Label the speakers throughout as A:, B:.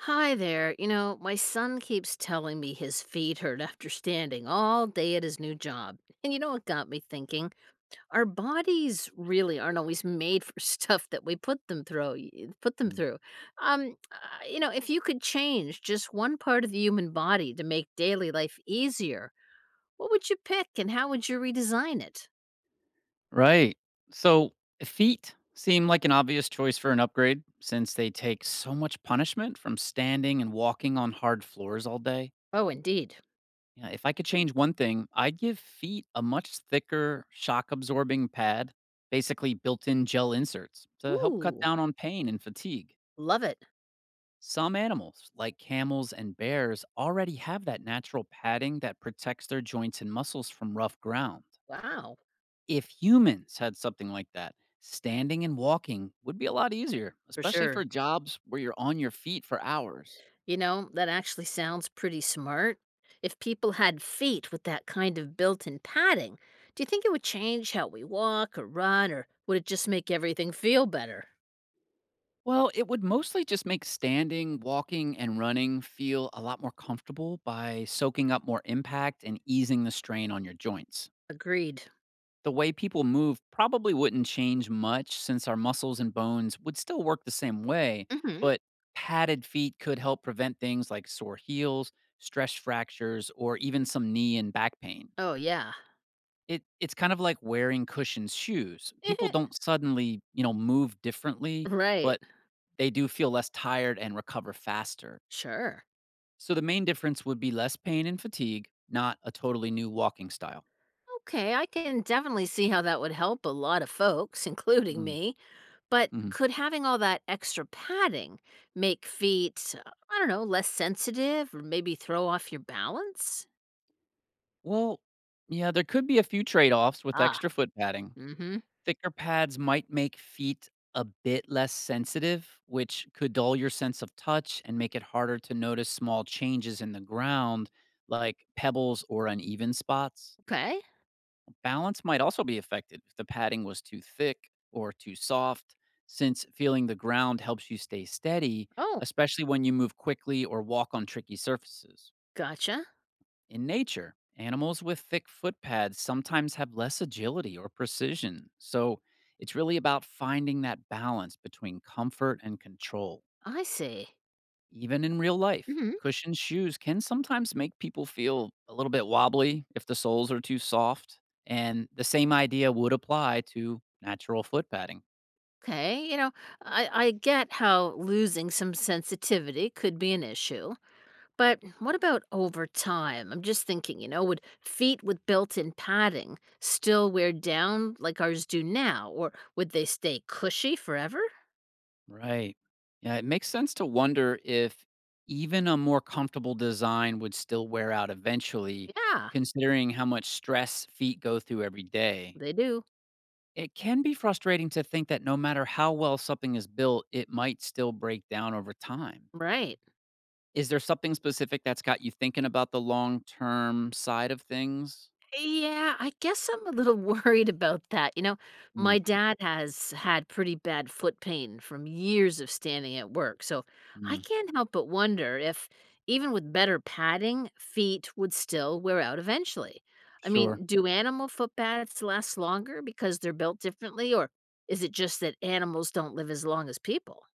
A: Hi there. My son keeps telling me his feet hurt after standing all day at his new job. And you know what got me thinking? Our bodies really aren't always made for stuff that we put them through. Put them
B: Mm.
A: through. If you could change just one part of the human body to make daily life easier, what would you pick and how would you redesign it?
B: Right. So feet seem like an obvious choice for an upgrade since they take so much punishment from standing and walking on hard floors all day.
A: Oh, indeed.
B: Yeah, if I could change one thing, I'd give feet a much thicker, shock absorbing pad, basically built in gel inserts, to help cut
A: Ooh,
B: down on pain and fatigue.
A: love it.
B: Some animals, like camels and bears, already have that natural padding that protects their joints and muscles from rough ground.
A: Wow,
B: If humans had something like that, standing and walking would be a lot easier,
A: for
B: especially
A: sure.
B: for jobs where you're on your feet for hours.
A: You know, that actually sounds pretty smart. If people had feet with that kind of built in padding, do you think it would change how we walk or run, or would it just make everything feel better?
B: Well, it would mostly just make standing, walking, and running feel a lot more comfortable by soaking up more impact and easing the strain on your joints.
A: Agreed.
B: The way people move probably wouldn't change much since our muscles and bones would still work the same way,
A: Hmm.
B: but padded feet could help prevent things like sore heels, stress fractures, or even some knee and back pain.
A: Oh, yeah.
B: It's kind of like wearing cushioned shoes. People don't suddenly, move differently,
A: Right.
B: but they do feel less tired and recover faster.
A: Sure.
B: So the main difference would be less pain and fatigue, not a totally new walking style.
A: Okay, I can definitely see how that would help a lot of folks, including
B: Mm,
A: me. But
B: mhm.
A: could having all that extra padding make feet, I don't know, less sensitive or maybe throw off your balance?
B: Well, yeah, there could be a few trade offs with
A: Ah,
B: extra foot padding.
A: mm hmm.
B: Thicker pads might make feet a bit less sensitive, which could dull your sense of touch and make it harder to notice small changes in the ground, like pebbles or uneven spots.
A: Okay.
B: Balance might also be affected if the padding was too thick or too soft, since feeling the ground helps you stay steady,
A: Oh,
B: especially when you move quickly or walk on tricky surfaces.
A: gotcha.
B: In nature, animals with thick foot pads sometimes have less agility or precision, so it's really about finding that balance between comfort and control.
A: I see.
B: Even in real life,
A: Hmm.
B: cushioned shoes can sometimes make people feel a little bit wobbly if the soles are too soft, and the same idea would apply to natural foot padding.
A: Okay, I get how losing some sensitivity could be an issue, but what about over time? I'm just thinking, would feet with built in padding still wear down like ours do now, or would they stay cushy forever?
B: Right. Yeah, it makes sense to wonder if even a more comfortable design would still wear out eventually,
A: Yeah,
B: considering how much stress feet go through every day.
A: they do.
B: It can be frustrating to think that no matter how well something is built, it might still break down over time.
A: Right.
B: Is there something specific that's got you thinking about the long-term side of things?
A: Yeah, I guess I'm a little worried about that.
B: Mm,
A: My dad has had pretty bad foot pain from years of standing at work, so I
B: mm,
A: can't help but wonder if, even with better padding, feet would still wear out eventually. I
B: sure.
A: mean, do animal foot pads last longer because they're built differently, or is it just that animals don't live as long as people?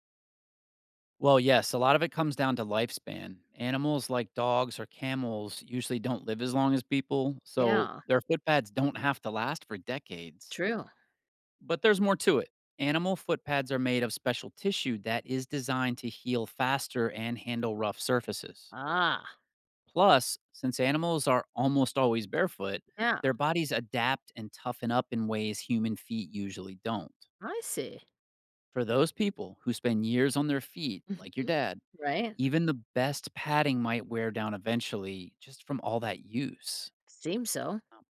B: Well, yes, a lot of it comes down to lifespan. Animals like dogs or camels usually don't live as long as people, so
A: Yeah,
B: their footpads don't have to last for decades.
A: true.
B: But there's more to it. Animal footpads are made of special tissue that is designed to heal faster and handle rough surfaces.
A: Ah,
B: Plus, since animals are almost always barefoot,
A: yeah,
B: their bodies adapt and toughen up in ways human feet usually don't.
A: I see.
B: For those people who spend years on their feet, like your dad,
A: Right?
B: even the best padding might wear down eventually just from all that use.
A: Seems so.
B: Um,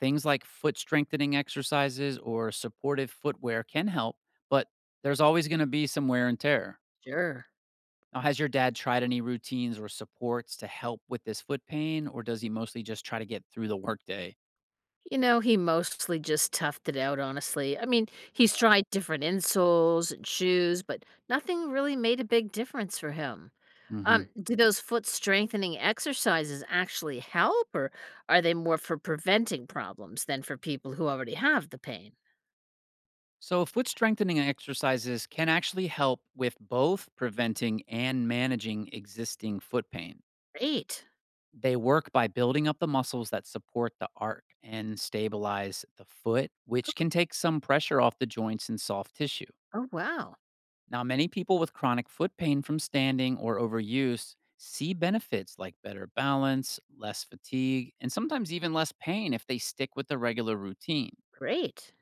B: Things like foot strengthening exercises or supportive footwear can help, but there's always going to be some wear and tear.
A: Sure.
B: Now, has your dad tried any routines or supports to help with this foot pain, or does he mostly just try to get through the workday?
A: You know, he mostly just toughed it out, honestly. I mean,
B: Yeah.
A: he's tried different insoles and shoes, but nothing really made a big difference for him.
B: Hmm.
A: Do those foot strengthening exercises actually help, or are they more for preventing problems than for people who already have the pain?
B: So, foot strengthening exercises can actually help with both preventing and managing existing foot pain.
A: Great.
B: They work by building up the muscles that support the arc and stabilize the foot, which can take some pressure off the joints and soft tissue.
A: Oh, wow.
B: Now, many people with chronic foot pain from standing or overuse see benefits like better balance, less fatigue, and sometimes even less pain if they stick with the regular routine.
A: Great.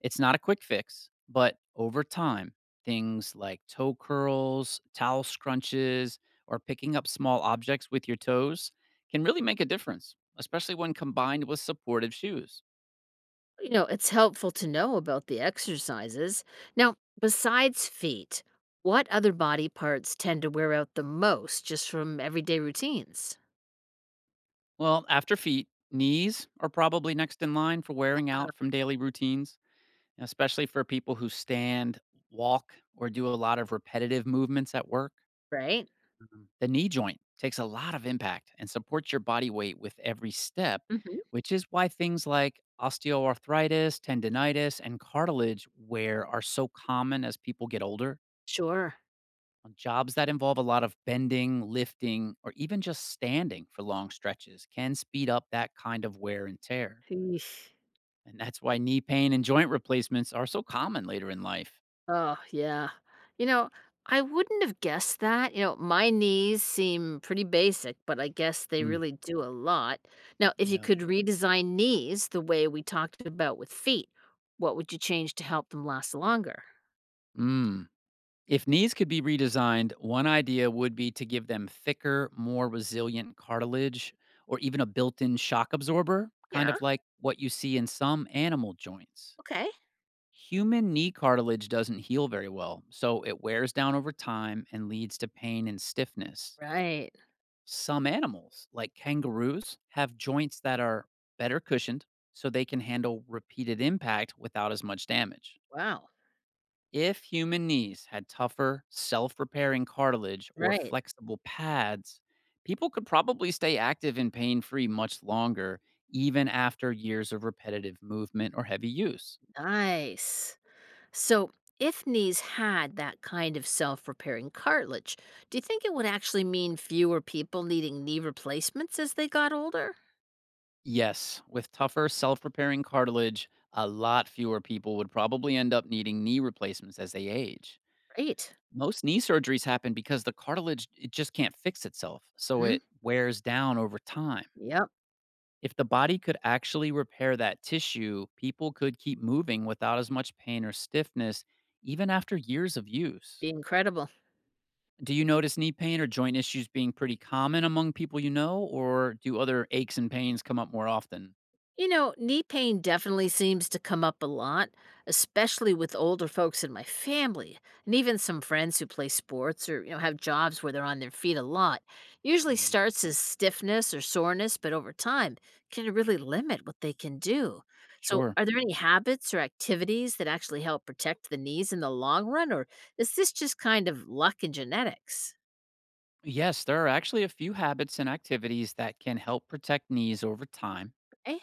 B: It's not a quick fix, but over time, things like toe curls, towel scrunches, or picking up small objects with your toes can really make a difference, especially when combined with supportive shoes.
A: You know, it's helpful to know about the exercises. Now, besides feet, what other body parts tend to wear out the most just from everyday routines?
B: Well, after feet, knees are probably next in line for wearing out from daily routines, especially for people who stand, walk, or do a lot of repetitive movements at work.
A: Right?
B: Mhm. The knee joint takes a lot of impact and supports your body weight with every step,
A: Mhm.
B: which is why things like osteoarthritis, tendinitis, and cartilage wear are so common as people get older.
A: Sure.
B: On jobs that involve a lot of bending, lifting, or even just standing for long stretches can speed up that kind of wear and tear.
A: Eesh.
B: And that's why knee pain and joint replacements are so common later in life.
A: Oh, yeah. You know, I wouldn't have guessed that. You know, my knees seem pretty basic, but I guess they
B: Mm,
A: really do a lot. Now, if you
B: yeah.
A: could redesign knees the way we talked about with feet, what would you change to help them last longer?
B: Mm. If knees could be redesigned, one idea would be to give them thicker, more resilient cartilage or even a built in shock absorber, kind
A: Yeah.
B: of like what you see in some animal joints.
A: Okay.
B: Human knee cartilage doesn't heal very well, so it wears down over time and leads to pain and stiffness.
A: Right.
B: Some animals, like kangaroos, have joints that are better cushioned so they can handle repeated impact without as much damage.
A: Wow.
B: If human knees had tougher, self repairing cartilage or
A: Right.
B: flexible pads, people could probably stay active and pain free much longer, even after years of repetitive movement or heavy use.
A: Nice. So, if knees had that kind of self repairing cartilage, do you think it would actually mean fewer people needing knee replacements as they got older?
B: Yes, with tougher, self repairing cartilage, a lot fewer people would probably end up needing knee replacements as they age.
A: Great.
B: Most knee surgeries happen because the cartilage it just can't fix itself, so
A: Hmm?
B: it wears down over time.
A: Yep.
B: If the body could actually repair that tissue, people could keep moving without as much pain or stiffness, even after years of use.
A: Be incredible.
B: Do you notice knee pain or joint issues being pretty common among people you know, or do other aches and pains come up more often?
A: You know, knee pain definitely seems to come up a lot, especially with older folks in my family, and even some friends who play sports or have jobs where they're on their feet a lot. Usually
B: Mm,
A: starts as stiffness or soreness, but over time can really limit what they can do. So,
B: sure.
A: are there any habits or activities that actually help protect the knees in the long run, or is this just kind of luck and genetics?
B: Yes, there are actually a few habits and activities that can help protect knees over time.
A: Eh?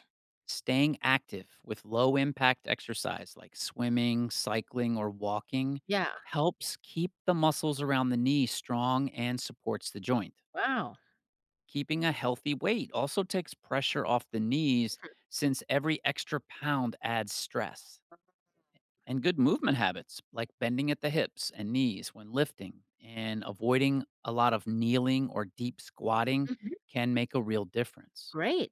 B: Staying active with low impact exercise like swimming, cycling, or walking
A: Yeah.
B: helps keep the muscles around the knee strong and supports the joint.
A: Wow.
B: Keeping a healthy weight also takes pressure off the knees since every extra pound adds stress. And good movement habits like bending at the hips and knees when lifting and avoiding a lot of kneeling or deep squatting
A: Mhm.
B: can make a real difference.
A: Great.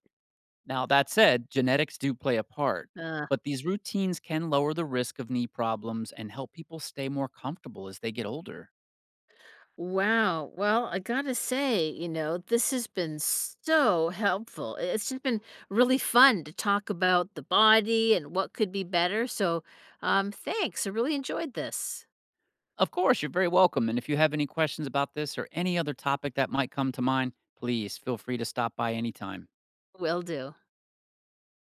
B: Now, that said, genetics do play a part,
A: Uh,
B: but these routines can lower the risk of knee problems and help people stay more comfortable as they get older.
A: Wow. Well, I gotta say, this has been so helpful. It's just been really fun to talk about the body and what could be better. So, thanks. I really enjoyed this.
B: Of course, you're very welcome. And if you have any questions about this or any other topic that might come to mind, please feel free to stop by anytime.
A: Will do.